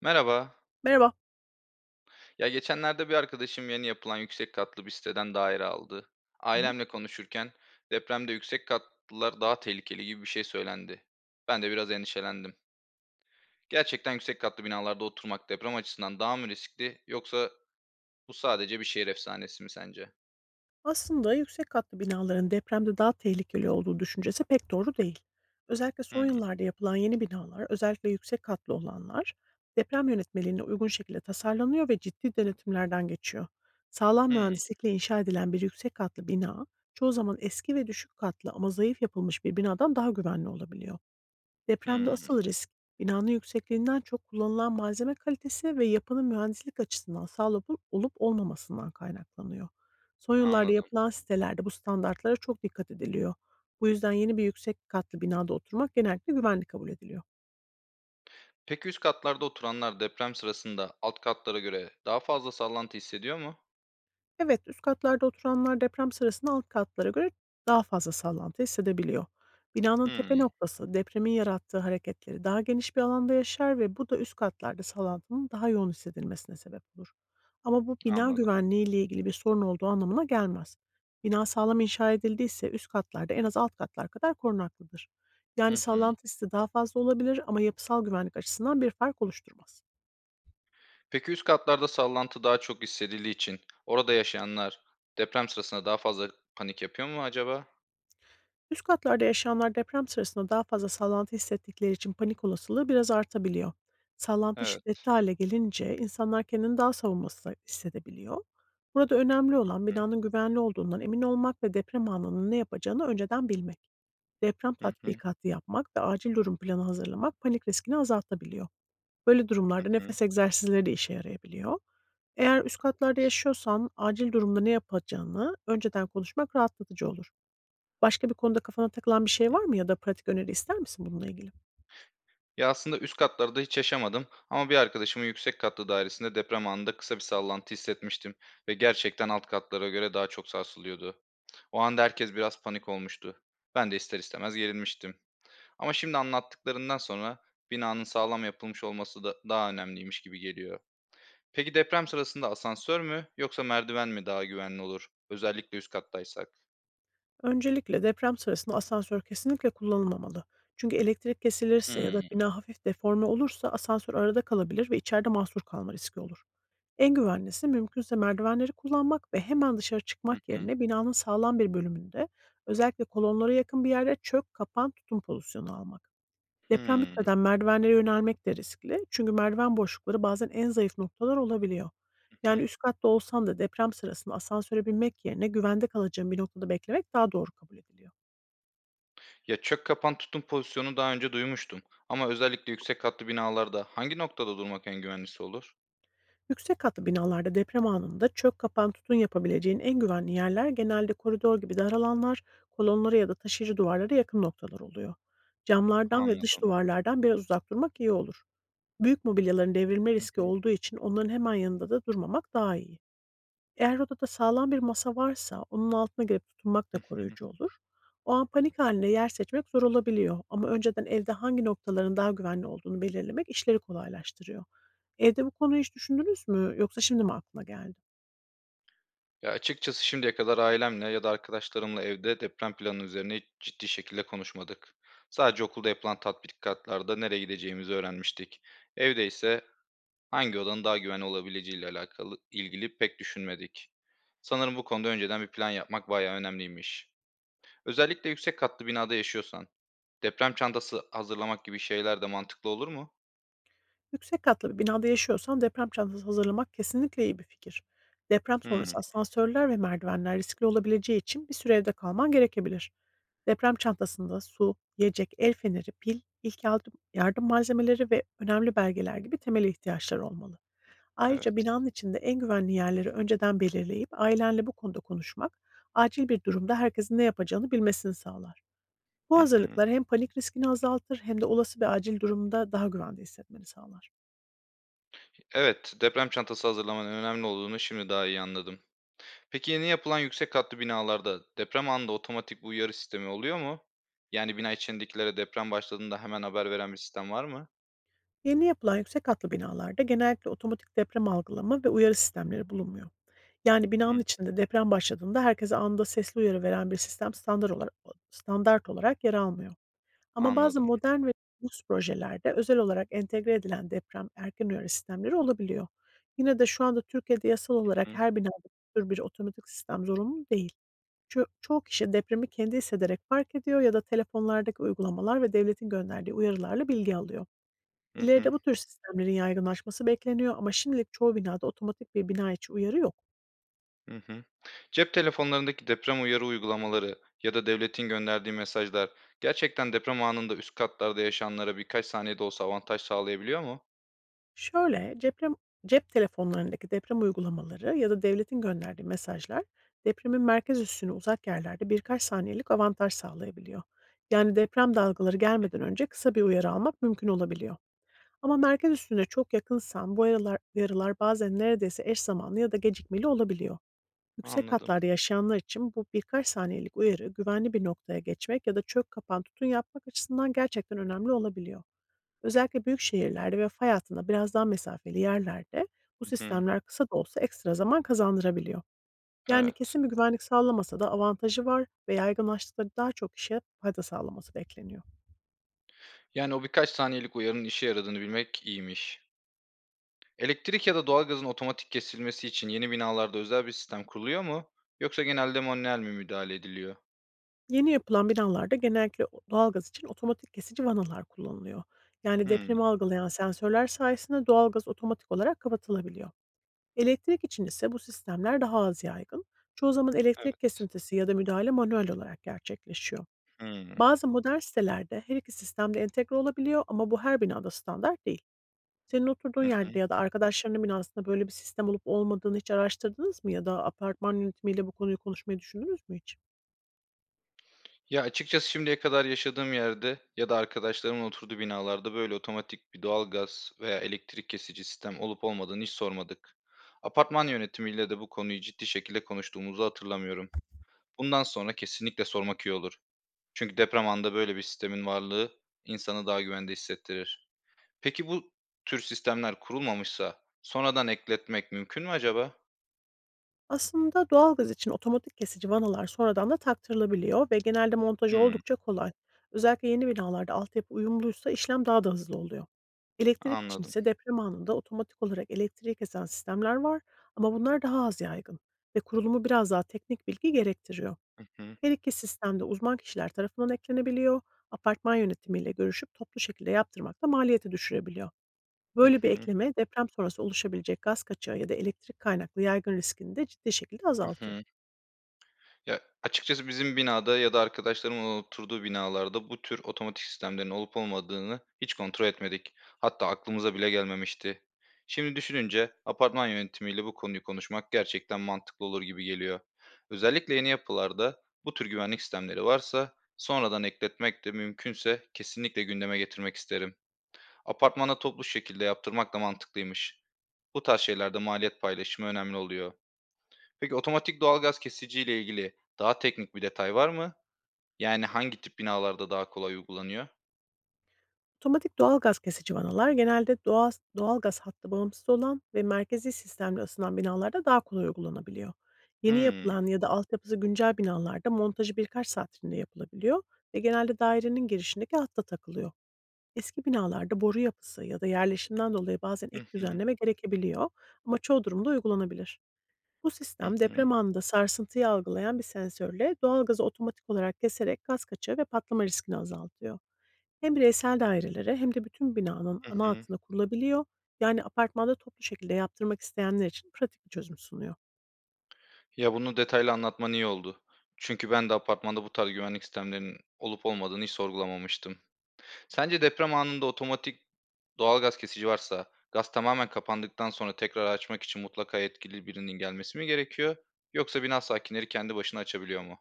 Merhaba. Merhaba. Ya geçenlerde bir arkadaşım yeni yapılan yüksek katlı bir siteden daire aldı. Hı hı. Ailemle konuşurken depremde yüksek katlılar daha tehlikeli gibi bir şey söylendi. Ben de biraz endişelendim. Gerçekten yüksek katlı binalarda oturmak deprem açısından daha mı riskli yoksa bu sadece bir şehir efsanesi mi sence? Aslında yüksek katlı binaların depremde daha tehlikeli olduğu düşüncesi pek doğru değil. Özellikle son Hmm, yıllarda yapılan yeni binalar, özellikle yüksek katlı olanlar, deprem yönetmeliğine uygun şekilde tasarlanıyor ve ciddi denetimlerden geçiyor. Sağlam hmm, mühendislikle inşa edilen bir yüksek katlı bina, çoğu zaman eski ve düşük katlı ama zayıf yapılmış bir binadan daha güvenli olabiliyor. Depremde hmm, asıl risk, binanın yüksekliğinden çok kullanılan malzeme kalitesi ve yapının mühendislik açısından sağlıklı olup olmamasından kaynaklanıyor. Son yıllarda Anladım. yapılan sitelerde bu standartlara çok dikkat ediliyor. Bu yüzden yeni bir yüksek katlı binada oturmak genellikle güvenli kabul ediliyor. Peki üst katlarda oturanlar deprem sırasında alt katlara göre daha fazla sallantı hissediyor mu? Evet, üst katlarda oturanlar deprem sırasında alt katlara göre daha fazla sallantı hissedebiliyor. Binanın tepe Hmm, noktası depremin yarattığı hareketleri daha geniş bir alanda yaşar ve bu da üst katlarda sallantının daha yoğun hissedilmesine sebep olur. Ama bu bina Anladım. güvenliği ile ilgili bir sorun olduğu anlamına gelmez. Bina sağlam inşa edildiyse üst katlarda en az alt katlar kadar korunaklıdır. Hı Yani hı. sallantı hissi daha fazla olabilir ama yapısal güvenlik açısından bir fark oluşturmaz. Peki üst katlarda sallantı daha çok hissedildiği için orada yaşayanlar deprem sırasında daha fazla panik yapıyor mu acaba? Üst katlarda yaşayanlar deprem sırasında daha fazla sallantı hissettikleri için panik olasılığı biraz artabiliyor. Sallantı Evet. şiddetli hale gelince insanlar kendini daha savunmasız hissedebiliyor. Burada önemli olan binanın güvenli olduğundan emin olmak ve deprem anının ne yapacağını önceden bilmek. Deprem Hı hı, tatbikatı yapmak ve acil durum planı hazırlamak panik riskini azaltabiliyor. Böyle durumlarda hı hı. nefes egzersizleri de işe yarayabiliyor. Eğer üst katlarda yaşıyorsan acil durumda ne yapacağını önceden konuşmak rahatlatıcı olur. Başka bir konuda kafana takılan bir şey var mı ya da pratik öneri ister misin bununla ilgili? Ya aslında üst katlarda hiç yaşamadım ama bir arkadaşımın yüksek katlı dairesinde deprem anında kısa bir sallantı hissetmiştim ve gerçekten alt katlara göre daha çok sarsılıyordu. O anda herkes biraz panik olmuştu. Ben de ister istemez gerilmiştim. Ama şimdi anlattıklarından sonra binanın sağlam yapılmış olması da daha önemliymiş gibi geliyor. Peki deprem sırasında asansör mü yoksa merdiven mi daha güvenli olur? Özellikle üst kattaysak. Öncelikle deprem sırasında asansör kesinlikle kullanılmamalı. Çünkü elektrik kesilirse ya da Hımm. bina hafif deforme olursa asansör arada kalabilir ve içeride mahsur kalma riski olur. En güvenlisi mümkünse merdivenleri kullanmak ve hemen dışarı Hı çıkmak hı. yerine binanın sağlam bir bölümünde, özellikle kolonlara yakın bir yerde, çök, kapan, tutun pozisyonu almak. Deprem Hımm. bitmeden merdivenlere yönelmek de riskli. Çünkü merdiven boşlukları bazen en zayıf noktalar olabiliyor. Hı Yani hı. üst katta olsan da deprem sırasında asansöre binmek yerine güvende kalacağın bir noktada beklemek daha doğru kabul ediliyor. Ya, çök kapan tutun pozisyonu daha önce duymuştum ama özellikle yüksek katlı binalarda hangi noktada durmak en güvenlisi olur? Yüksek katlı binalarda deprem anında çök kapan tutun yapabileceğin en güvenli yerler genelde koridor gibi dar alanlar, kolonlara ya da taşıyıcı duvarlara yakın noktalar oluyor. Camlardan ve dış Anladım. duvarlardan biraz uzak durmak iyi olur. Büyük mobilyaların devrilme Hı riski hı. olduğu için onların hemen yanında da durmamak daha iyi. Eğer odada sağlam bir masa varsa onun altına girip tutunmak da Hı hı. koruyucu olur. O an panik halinde yer seçmek zor olabiliyor ama önceden evde hangi noktaların daha güvenli olduğunu belirlemek işleri kolaylaştırıyor. Evde bu konuyu hiç düşündünüz mü yoksa şimdi mi aklına geldi? Ya, açıkçası şimdiye kadar ailemle ya da arkadaşlarımla evde deprem planı üzerine hiç ciddi şekilde konuşmadık. Sadece okulda yapılan tatbikatlarda nereye gideceğimizi öğrenmiştik. Evde ise hangi odanın daha güvenli olabileceğiyle alakalı ilgili pek düşünmedik. Sanırım bu konuda önceden bir plan yapmak bayağı önemliymiş. Özellikle yüksek katlı binada yaşıyorsan, deprem çantası hazırlamak gibi şeyler de mantıklı olur mu? Yüksek katlı bir binada yaşıyorsan deprem çantası hazırlamak kesinlikle iyi bir fikir. Deprem sonrası Hmm, asansörler ve merdivenler riskli olabileceği için bir süre evde kalman gerekebilir. Deprem çantasında su, yiyecek, el feneri, pil, ilk yardım, yardım malzemeleri ve önemli belgeler gibi temel ihtiyaçlar olmalı. Ayrıca evet. binanın içinde en güvenli yerleri önceden belirleyip ailenle bu konuda konuşmak, acil bir durumda herkesin ne yapacağını bilmesini sağlar. Bu Hı hı. hazırlıklar hem panik riskini azaltır hem de olası bir acil durumda daha güvende hissetmeni sağlar. Evet, deprem çantası hazırlamanın önemli olduğunu şimdi daha iyi anladım. Peki yeni yapılan yüksek katlı binalarda deprem anında otomatik bir uyarı sistemi oluyor mu? Yani bina içindekilere deprem başladığında hemen haber veren bir sistem var mı? Yeni yapılan yüksek katlı binalarda genellikle otomatik deprem algılama ve uyarı sistemleri bulunmuyor. Yani binanın Hı, içinde deprem başladığında herkese anında sesli uyarı veren bir sistem standart olarak yer almıyor. Ama bazı anladım. modern ve lüks projelerde özel olarak entegre edilen deprem erken uyarı sistemleri olabiliyor. Yine de şu anda Türkiye'de yasal olarak Hı her binada bu tür bir otomatik sistem zorunlu değil. Çoğu kişi depremi kendi hissederek fark ediyor ya da telefonlardaki uygulamalar ve devletin gönderdiği uyarılarla bilgi alıyor. hı hı. İleride bu tür sistemlerin yaygınlaşması bekleniyor ama şimdilik çoğu binada otomatik bir bina içi uyarı yok. Hı. Cep telefonlarındaki deprem uyarı uygulamaları ya da devletin gönderdiği mesajlar gerçekten deprem anında üst katlarda yaşayanlara birkaç saniyede olsa avantaj sağlayabiliyor mu? Şöyle, deprem, cep telefonlarındaki deprem uygulamaları ya da devletin gönderdiği mesajlar depremin merkez üssüne uzak yerlerde birkaç saniyelik avantaj sağlayabiliyor. Yani deprem dalgaları Hı gelmeden hı, önce kısa bir uyarı almak mümkün olabiliyor. Ama merkez üstüne çok yakınsan bu uyarılar bazen neredeyse eş zamanlı ya da gecikmeli olabiliyor. Yüksek anladım. katlarda yaşayanlar için bu birkaç saniyelik uyarı güvenli bir noktaya geçmek ya da çök kapan tutun yapmak açısından gerçekten önemli olabiliyor. Özellikle büyük şehirlerde ve fay hattında biraz daha mesafeli yerlerde bu Hı hı, sistemler kısa da olsa ekstra zaman kazandırabiliyor. Yani evet. kesin bir güvenlik sağlamasa da avantajı var ve yaygınlaştıkları daha çok kişiye fayda sağlaması bekleniyor. Yani o birkaç saniyelik uyarının işe yaradığını bilmek iyiymiş. Elektrik ya da doğalgazın otomatik kesilmesi için yeni binalarda özel bir sistem kuruluyor mu? Yoksa genelde manuel mi müdahale ediliyor? Yeni yapılan binalarda genellikle o doğalgaz için otomatik kesici vanalar kullanılıyor. Yani Hmm, depremi algılayan sensörler sayesinde doğalgaz otomatik olarak kapatılabiliyor. Elektrik için ise bu sistemler daha az yaygın. Çoğu zaman evet. elektrik kesintisi ya da müdahale manuel olarak gerçekleşiyor. Hmm, Bazı modern sitelerde her iki sistem de entegre olabiliyor ama bu her binada standart değil. Senin oturduğun hı hı. yerde ya da arkadaşlarının binasında böyle bir sistem olup olmadığını hiç araştırdınız mı ya da apartman yönetimiyle bu konuyu konuşmayı düşündünüz mü hiç? Ya, açıkçası şimdiye kadar yaşadığım yerde ya da arkadaşlarımın oturduğu binalarda böyle otomatik bir doğalgaz veya elektrik kesici sistem olup olmadığını hiç sormadık. Apartman yönetimiyle de bu konuyu ciddi şekilde konuştuğumuzu hatırlamıyorum. Bundan sonra kesinlikle sormak iyi olur. Çünkü deprem anında böyle bir sistemin varlığı insanı daha güvende hissettirir. Peki bu tür sistemler kurulmamışsa sonradan ekletmek mümkün mü acaba? Aslında doğalgaz için otomatik kesici vanalar sonradan da taktırılabiliyor ve genelde montajı Hımm, oldukça kolay. Özellikle yeni binalarda altyapı uyumluysa işlem daha da hızlı oluyor. Elektrik için anladım. ise deprem anında otomatik olarak elektriği kesen sistemler var ama bunlar daha az yaygın ve kurulumu biraz daha teknik bilgi gerektiriyor. Hı hı. Her iki sistemde uzman kişiler tarafından eklenebiliyor, apartman yönetimiyle görüşüp toplu şekilde yaptırmak da maliyeti düşürebiliyor. Hı Böyle bir hı. ekleme deprem sonrası oluşabilecek gaz kaçağı ya da elektrik kaynaklı yaygın riskini de ciddi şekilde Hı azaltıyor. hı. Ya, açıkçası bizim binada ya da arkadaşlarımın oturduğu binalarda bu tür otomatik sistemlerin olup olmadığını hiç kontrol etmedik. Hatta aklımıza bile gelmemişti. Şimdi düşününce apartman yönetimiyle bu konuyu konuşmak gerçekten mantıklı olur gibi geliyor. Özellikle yeni yapılarda bu tür güvenlik sistemleri varsa sonradan ekletmek de mümkünse kesinlikle gündeme getirmek isterim. Apartmana toplu şekilde yaptırmak da mantıklıymış. Bu tarz şeylerde maliyet paylaşımı önemli oluyor. Peki otomatik doğalgaz kesiciyle ilgili daha teknik bir detay var mı? Yani hangi tip binalarda daha kolay uygulanıyor? Otomatik doğalgaz kesici vanalar genelde doğalgaz hattı bağımsız olan ve merkezi sistemle ısınan binalarda daha kolay uygulanabiliyor. Yeni Hımm. yapılan ya da altyapısı güncel binalarda montajı birkaç saat içinde yapılabiliyor ve genelde dairenin girişindeki hatta takılıyor. Eski binalarda boru yapısı ya da yerleşimden dolayı bazen ek Hı hı. düzenleme gerekebiliyor ama çoğu durumda uygulanabilir. Bu Hı sistem hı. deprem anında sarsıntıyı algılayan bir sensörle doğalgazı otomatik olarak keserek gaz kaçağı ve patlama riskini azaltıyor. Hem bireysel dairelere hem de bütün binanın Hı ana hı. hattına kurulabiliyor. Yani apartmanda toplu şekilde yaptırmak isteyenler için pratik bir çözüm sunuyor. Ya, bunu detaylı anlatman iyi oldu. Çünkü ben de apartmanda bu tarz güvenlik sistemlerinin olup olmadığını hiç sorgulamamıştım. Sence deprem anında otomatik doğalgaz kesici varsa gaz tamamen kapandıktan sonra tekrar açmak için mutlaka yetkili birinin gelmesi mi gerekiyor yoksa bina sakinleri kendi başına açabiliyor mu?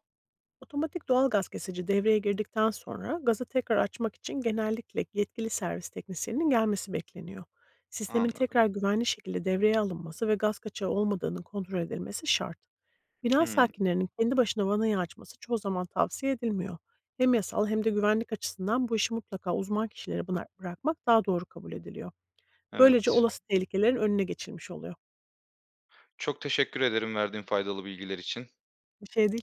Otomatik doğal gaz kesici devreye girdikten sonra gazı tekrar açmak için genellikle yetkili servis teknisyeninin gelmesi bekleniyor. Sistemin Anladım. tekrar güvenli şekilde devreye alınması ve gaz kaçağı olmadığının kontrol edilmesi şart. Bina Hımm. sakinlerinin kendi başına vanayı açması çoğu zaman tavsiye edilmiyor. Hem yasal hem de güvenlik açısından bu işi mutlaka uzman kişilere bırakmak daha doğru kabul ediliyor. Böylece Evet. olası tehlikelerin önüne geçilmiş oluyor. Çok teşekkür ederim verdiğin faydalı bilgiler için. Bir şey